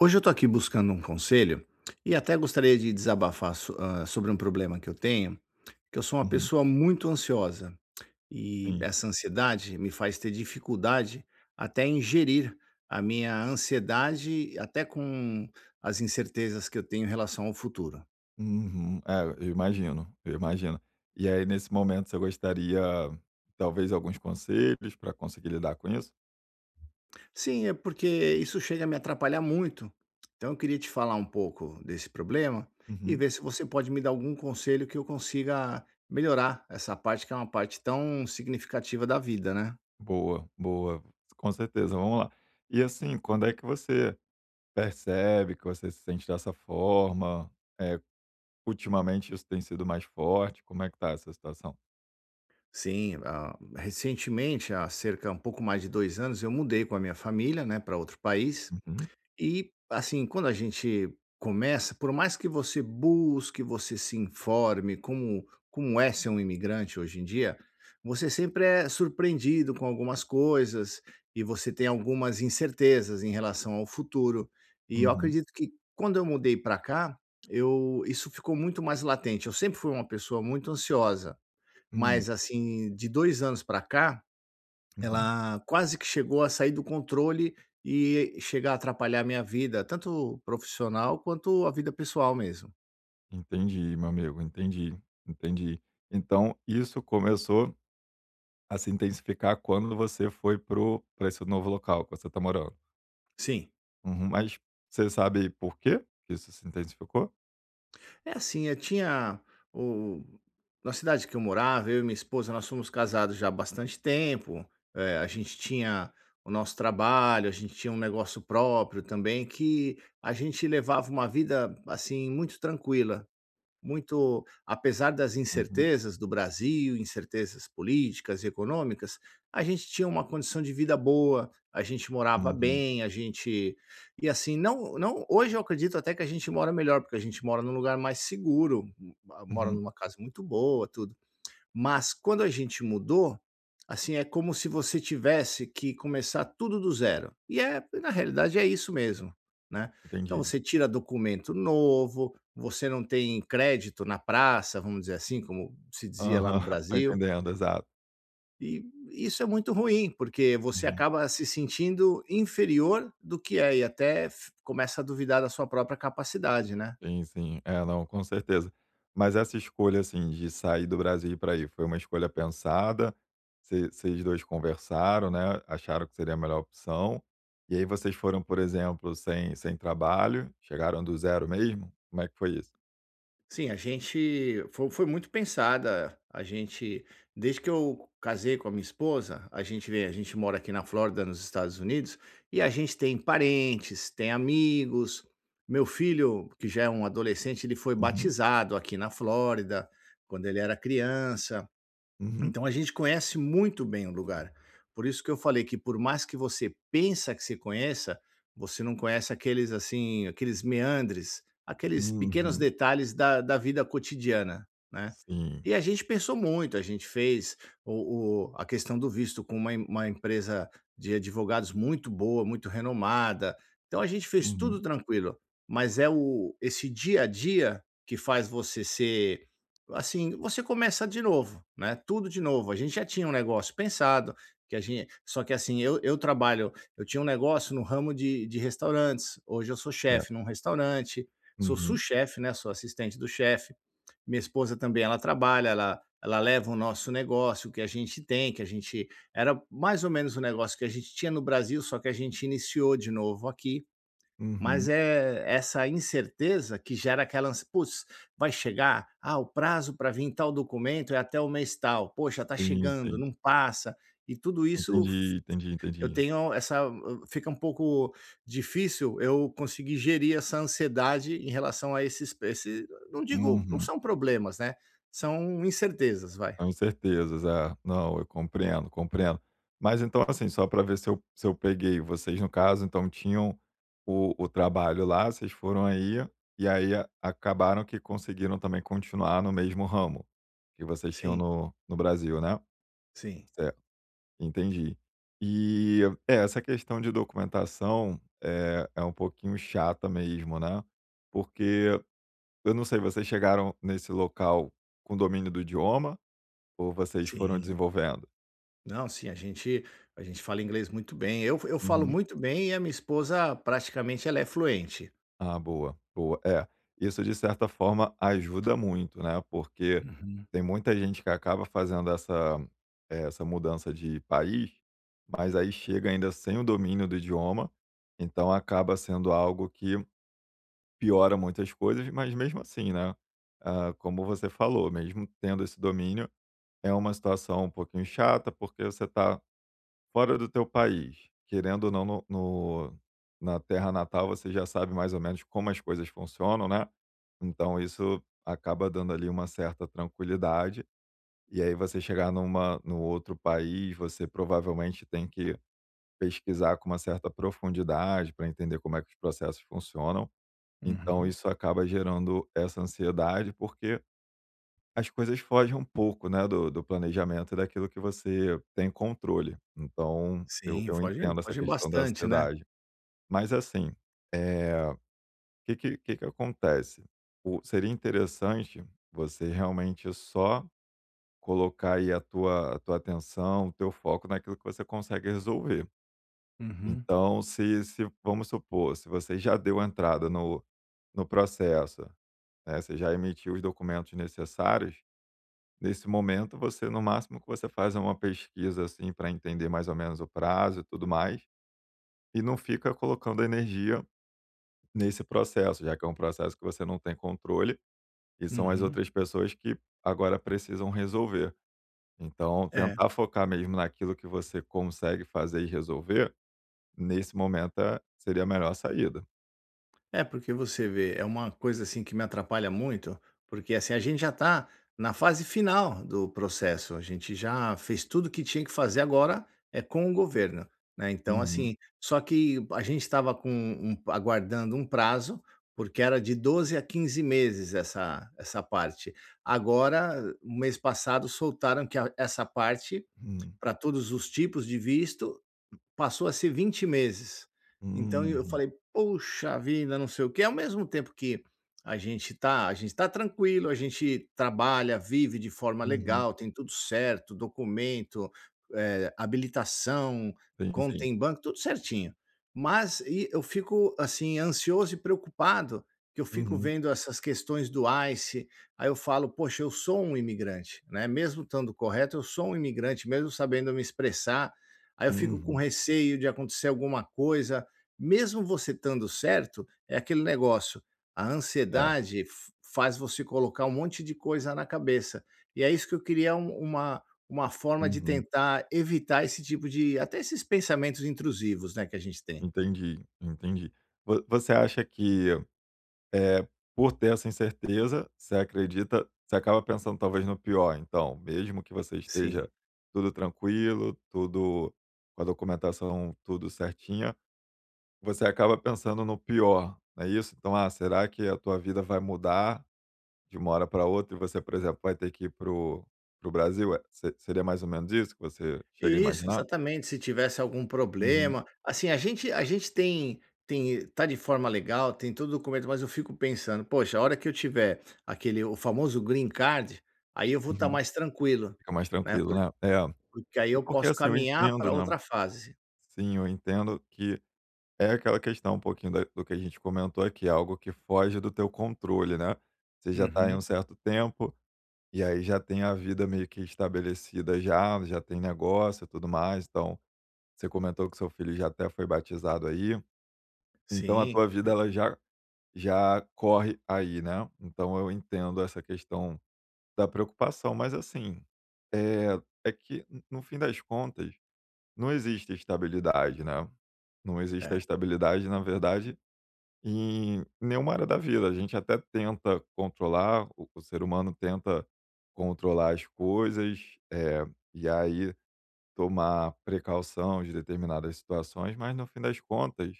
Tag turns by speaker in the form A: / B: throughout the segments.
A: Hoje eu estou aqui buscando um conselho e até gostaria de desabafar sobre um problema que eu tenho, que eu sou uma
B: Uhum,
A: pessoa muito ansiosa e
B: sim.
A: essa ansiedade me faz ter dificuldade até em gerir a minha ansiedade, até com as incertezas que eu tenho em relação ao futuro.
B: Uhum. É, eu imagino, eu imagino. E aí, nesse momento, você gostaria, talvez, alguns conselhos para conseguir lidar com isso?
A: Sim, é porque isso chega a me atrapalhar muito. Então eu queria te falar um pouco desse problema e
B: Uhum.
A: ver se você pode me dar algum conselho que eu consiga melhorar essa parte que é uma parte tão significativa da vida, né?
B: Boa, boa. Com certeza, vamos lá. E assim, quando é que você percebe que você se sente dessa forma? É, ultimamente isso tem sido mais forte? Como é que tá essa situação?
A: Sim, ah, recentemente, há cerca um pouco mais de 2 anos, eu mudei com a minha família, né, para outro país.
B: Uhum,
A: E, assim, quando a gente começa, por mais que você busque, você se informe como é ser um imigrante hoje em dia, você sempre é surpreendido com algumas coisas e você tem algumas incertezas em relação ao futuro. E eu
B: uhum,
A: acredito que quando eu mudei para cá, isso ficou muito mais latente. Eu sempre fui uma pessoa muito ansiosa,
B: hum,
A: mas assim, de 2 anos para cá,
B: uhum.
A: ela quase que chegou a sair do controle e chegar a atrapalhar a minha vida, tanto profissional quanto a vida pessoal mesmo.
B: Entendi, meu amigo, entendi, entendi. Então, isso começou a se intensificar quando você foi para esse novo local que você está morando.
A: Sim.
B: Uhum, mas você sabe por quê que isso se intensificou?
A: É assim, eu tinha o na cidade que eu morava, eu e minha esposa, nós fomos casados já há bastante tempo, a gente tinha o nosso trabalho, a gente tinha um negócio próprio também, que a gente levava uma vida, assim, muito tranquila. Muito, apesar das
B: Uhum,
A: incertezas do Brasil, incertezas políticas e econômicas, a gente tinha uma condição de vida boa, a gente morava
B: uhum,
A: bem, a gente e assim não não hoje eu acredito até que a gente mora melhor porque a gente mora num lugar mais seguro, mora
B: uhum,
A: numa casa muito boa, tudo. Mas quando a gente mudou, assim, é como se você tivesse que começar tudo do zero. E é, na realidade, é isso mesmo, né. Então
B: entendi.
A: você tira documento novo, você não tem crédito na praça, vamos dizer assim, como se dizia lá
B: Aham,
A: no
B: tô
A: Brasil,
B: entendendo, exato.
A: e isso é muito ruim, porque você
B: Uhum.
A: acaba se sentindo inferior do que é e até f começa a duvidar da sua própria capacidade, né.
B: Sim, sim. É, não, com certeza. Mas essa escolha, assim, de sair do Brasil e ir pra aí, foi uma escolha pensada? Vocês 2 conversaram, né, acharam que seria a melhor opção, e aí vocês foram, por exemplo, sem trabalho, chegaram do zero mesmo? Como é que foi isso?
A: Sim, a gente foi muito pensada. A gente Desde que eu casei com a minha esposa, a gente mora aqui na Flórida, nos Estados Unidos, e a gente tem parentes, tem amigos. Meu filho, que já é um adolescente, ele foi
B: Uhum,
A: batizado aqui na Flórida quando ele era criança.
B: uhum.
A: Então a gente conhece muito bem o lugar. Por isso que eu falei que por mais que você pensa que se conheça, você não conhece aqueles assim, aqueles meandres, aqueles pequenos
B: Uhum.
A: detalhes da vida cotidiana, né?
B: Sim.
A: E a gente pensou muito, a gente fez a questão do visto com uma empresa de advogados muito boa, muito renomada. Então a gente fez tudo
B: Uhum.
A: tranquilo, mas é esse dia a dia que faz você ser. Assim, você começa de novo, né, tudo de novo. A gente já tinha um negócio pensado, que a gente só que assim, eu tinha um negócio no ramo de restaurantes, hoje eu sou
B: É.
A: chefe num restaurante, sou
B: Uhum.
A: sous-chefe, né, sou assistente do chefe. Minha esposa também, ela trabalha, ela leva o nosso negócio que a gente tem, que a gente era mais ou menos o negócio que a gente tinha no Brasil, só que a gente iniciou de novo aqui. Mas
B: Uhum.
A: é essa incerteza que gera aquela ansi "Putz, vai chegar? Ah, o prazo para vir tal documento é até o mês tal. Poxa, está
B: Sim,
A: chegando,
B: sim.
A: não passa". E tudo isso f
B: Entendi, entendi,
A: eu
B: entendi.
A: tenho essa fica um pouco difícil eu conseguir gerir essa ansiedade em relação a esse não digo não
B: Uhum.
A: são problemas, né, são incertezas, vai.
B: Com certezas, é. Não, eu compreendo, compreendo. Mas então, assim, só para ver se eu peguei, vocês no caso, então tinham o trabalho lá, vocês foram aí, e aí a acabaram que conseguiram também continuar no mesmo ramo que vocês tinham
A: Sim,
B: no Brasil, né?
A: sim,
B: Certo. Entendi. E, é, essa questão de documentação é um pouquinho chata mesmo, né, porque eu não sei, vocês chegaram nesse local com domínio do idioma ou vocês foram
A: sim.
B: desenvolvendo?
A: Não, sim, a gente fala inglês muito bem. Eu falo
B: Uhum.
A: muito bem e a minha esposa praticamente ela é fluente.
B: Ah, boa, boa. É, isso de certa forma ajuda muito, né, porque
A: Uhum,
B: tem muita gente que acaba fazendo essa mudança de país, mas aí chega ainda sem o domínio do idioma, então acaba sendo algo que piora muitas coisas, mas mesmo assim, né, ah, como você falou, mesmo tendo esse domínio, é uma situação um pouquinho chata, porque você está fora do teu país. Querendo ou não, no no na terra natal você já sabe mais ou menos como as coisas funcionam, né, então isso acaba dando ali uma certa tranquilidade, e aí você chegar num outro país, você provavelmente tem que pesquisar com uma certa profundidade para entender como é que os processos funcionam. Então
A: uhum.
B: isso acaba gerando essa ansiedade, porque as coisas fogem um pouco, né, do planejamento e daquilo que você tem controle. Então eu
A: Sim,
B: eu
A: fogem
B: entendo essa
A: fogem
B: questão da
A: bastante, né?
B: ansiedade. Mas assim, eh, que que acontece? O Seria interessante você realmente só colocar aí a tua atenção, o teu foco naquilo que você consegue resolver.
A: Uhum,
B: Então se vamos supor, se você já deu entrada no processo, né, você já emitiu os documentos necessários. Nesse momento, você, no máximo, que você faz é uma pesquisa, assim, para entender mais ou menos o prazo e tudo mais, e não fica colocando energia nesse processo, já que é um processo que você não tem controle e são as
A: uhum.
B: outras pessoas que agora precisam resolver. Então,
A: É.
B: tentar focar mesmo naquilo que você consegue fazer e resolver, nesse momento, seria a melhor saída.
A: É, porque você vê, é uma coisa assim que me atrapalha muito, porque assim, a gente já está na fase final do processo, a gente já fez tudo que tinha que fazer agora é com o governo, né? Então,
B: Uhum,
A: assim, só que a gente estava com aguardando um prazo, porque era de 12 a 15 meses essa parte. Agora, o mês passado, soltaram que essa parte,
B: uhum,
A: para todos os tipos de visto, passou a ser 20 meses. Então eu
B: uhum,
A: falei: "Poxa vida, não sei o quê", ao mesmo tempo que a gente tá tranquilo, a gente trabalha, vive de forma
B: uhum.
A: legal, tem tudo certo, documento, habilitação,
B: Sim,
A: conta
B: sim.
A: em banco, tudo certinho. Mas e eu fico, assim, ansioso e preocupado, que eu fico
B: Uhum,
A: vendo essas questões do ICE, aí eu falo: "Poxa, eu sou um imigrante, né, mesmo estando correto, eu sou um imigrante, mesmo sabendo me expressar". Aí eu fico com
B: uhum.
A: receio de acontecer alguma coisa, mesmo você estando certo, é aquele negócio, a
B: É.
A: ansiedade f faz você colocar um monte de coisa na cabeça. E é isso que eu queria uma forma de
B: Uhum.
A: tentar evitar esse tipo de até esses pensamentos intrusivos, né, que a gente tem.
B: Entendi, entendi. Vo Você acha que, eh, por ter essa incerteza, você acaba pensando talvez no pior então, mesmo que você
A: Sim.
B: esteja tudo tranquilo, tudo com a documentação tudo certinha, você acaba pensando no pior, não é isso? Então, ah, será que a tua vida vai mudar de uma hora para outra e você, por exemplo, vai ter que ir para o Brasil? Eh, se Seria mais ou menos isso que você chega a
A: Isso,
B: imaginar?
A: exatamente. Se tivesse algum
B: Uhum,
A: problema, assim, a gente tem tem tá de forma legal, tem todo o documento, mas eu fico pensando: "Poxa, a hora que eu tiver aquele o famoso green card, aí eu vou estar
B: uhum.
A: mais tranquilo",
B: Fica mais
A: né,
B: tranquilo, né? É.
A: porque aí
B: É
A: eu
B: porque,
A: posso
B: assim, eu
A: caminhar
B: entendo,
A: para
B: né.
A: outra fase.
B: Sim, eu entendo que é aquela questão um pouquinho da do que a gente comentou aqui, algo que foge do teu controle, né. Você já está aí um
A: Uhum.
B: certo tempo, e aí já tem a vida meio que estabelecida já, já tem negócio e tudo mais, então, você comentou que seu filho já até foi batizado aí, então a
A: Sim,
B: tua vida ela já corre aí, né. Então eu entendo essa questão da preocupação, mas assim, é que no fim das contas não existe estabilidade, né. Não existe a
A: é.
B: estabilidade, na verdade, em nenhuma área da vida. A gente até tenta controlar, o ser humano tenta controlar as coisas, e aí tomar precaução de determinadas situações, mas no fim das contas,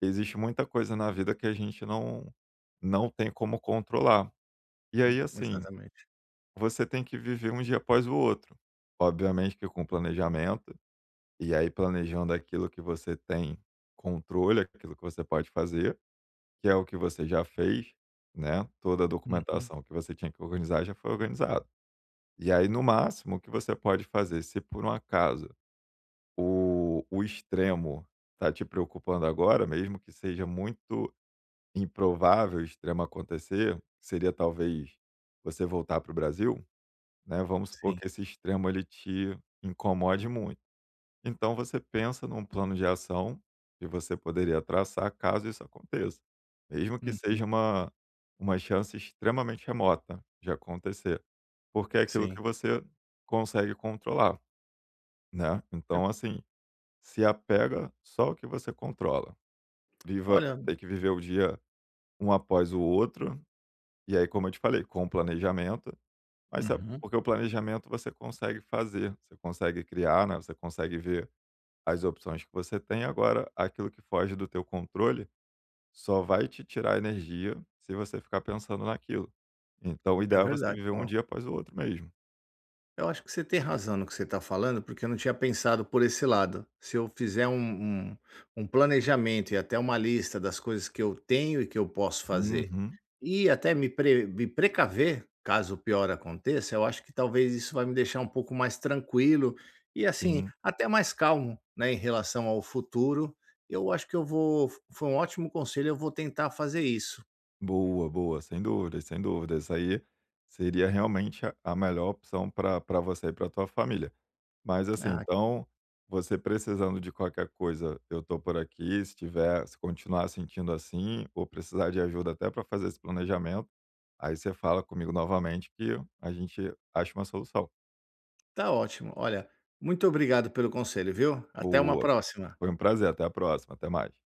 B: existe muita coisa na vida que a gente não tem como controlar. E aí,
A: Hum.
B: assim,
A: Exatamente.
B: você tem que viver um dia após o outro. Obviamente que com planejamento e aí planejando aquilo que você tem controle, aquilo que você pode fazer, que é o que você já fez, né, toda a
A: Uhum.
B: documentação que você tinha que organizar já foi organizado. E aí no máximo o que você pode fazer, se por um acaso o o extremo está te preocupando agora, mesmo que seja muito improvável o extremo acontecer, seria talvez você voltar para o Brasil, né, vamos supor
A: Sim.
B: que esse extremo ele te incomode muito. Então você pensa num plano de ação que você poderia traçar caso isso aconteça, mesmo que seja
A: Uhum.
B: uma chance extremamente remota de acontecer, porque é aquilo
A: Sim.
B: que você consegue controlar, né.
A: É,
B: Então, assim, se apega só ao que você controla. Viva
A: olha.
B: Tem que viver o dia um após o outro, e aí, como eu te falei, com planejamento, mas sabe
A: Uhum.
B: porque o planejamento você consegue fazer, você consegue criar, né, você consegue ver as opções que você tem. Agora, aquilo que foge do teu controle só vai te tirar energia se você ficar pensando naquilo. Então, o
A: É
B: ideal é você
A: verdade.
B: viver um
A: Ó,
B: dia após o outro mesmo.
A: eu acho que você tem razão no que você está falando, porque eu não tinha pensado por esse lado. Se eu fizer um planejamento e até uma lista das coisas que eu tenho e que eu posso fazer,
B: Uhum,
A: e até me precaver caso o pior aconteça, eu acho que talvez isso vai me deixar um pouco mais tranquilo e, assim,
B: sim.
A: até mais calmo, né, em relação ao futuro. Eu acho que eu vou. Foi um ótimo conselho, eu vou tentar fazer isso.
B: Boa, boa, sem dúvidas, sem dúvidas. Isso aí seria realmente a melhor opção para você e para tua família. Mas assim,
A: Ah,
B: então, você precisando de qualquer coisa, eu tô por aqui. Se tiver, se continuar sentindo assim, ou precisar de ajuda até para fazer esse planejamento, aí você fala comigo novamente que a gente acha uma solução.
A: tá ótimo. Olha, muito obrigado pelo conselho, viu? Até uma
B: Boa.
A: próxima.
B: Foi um prazer. Até a próxima. Até mais.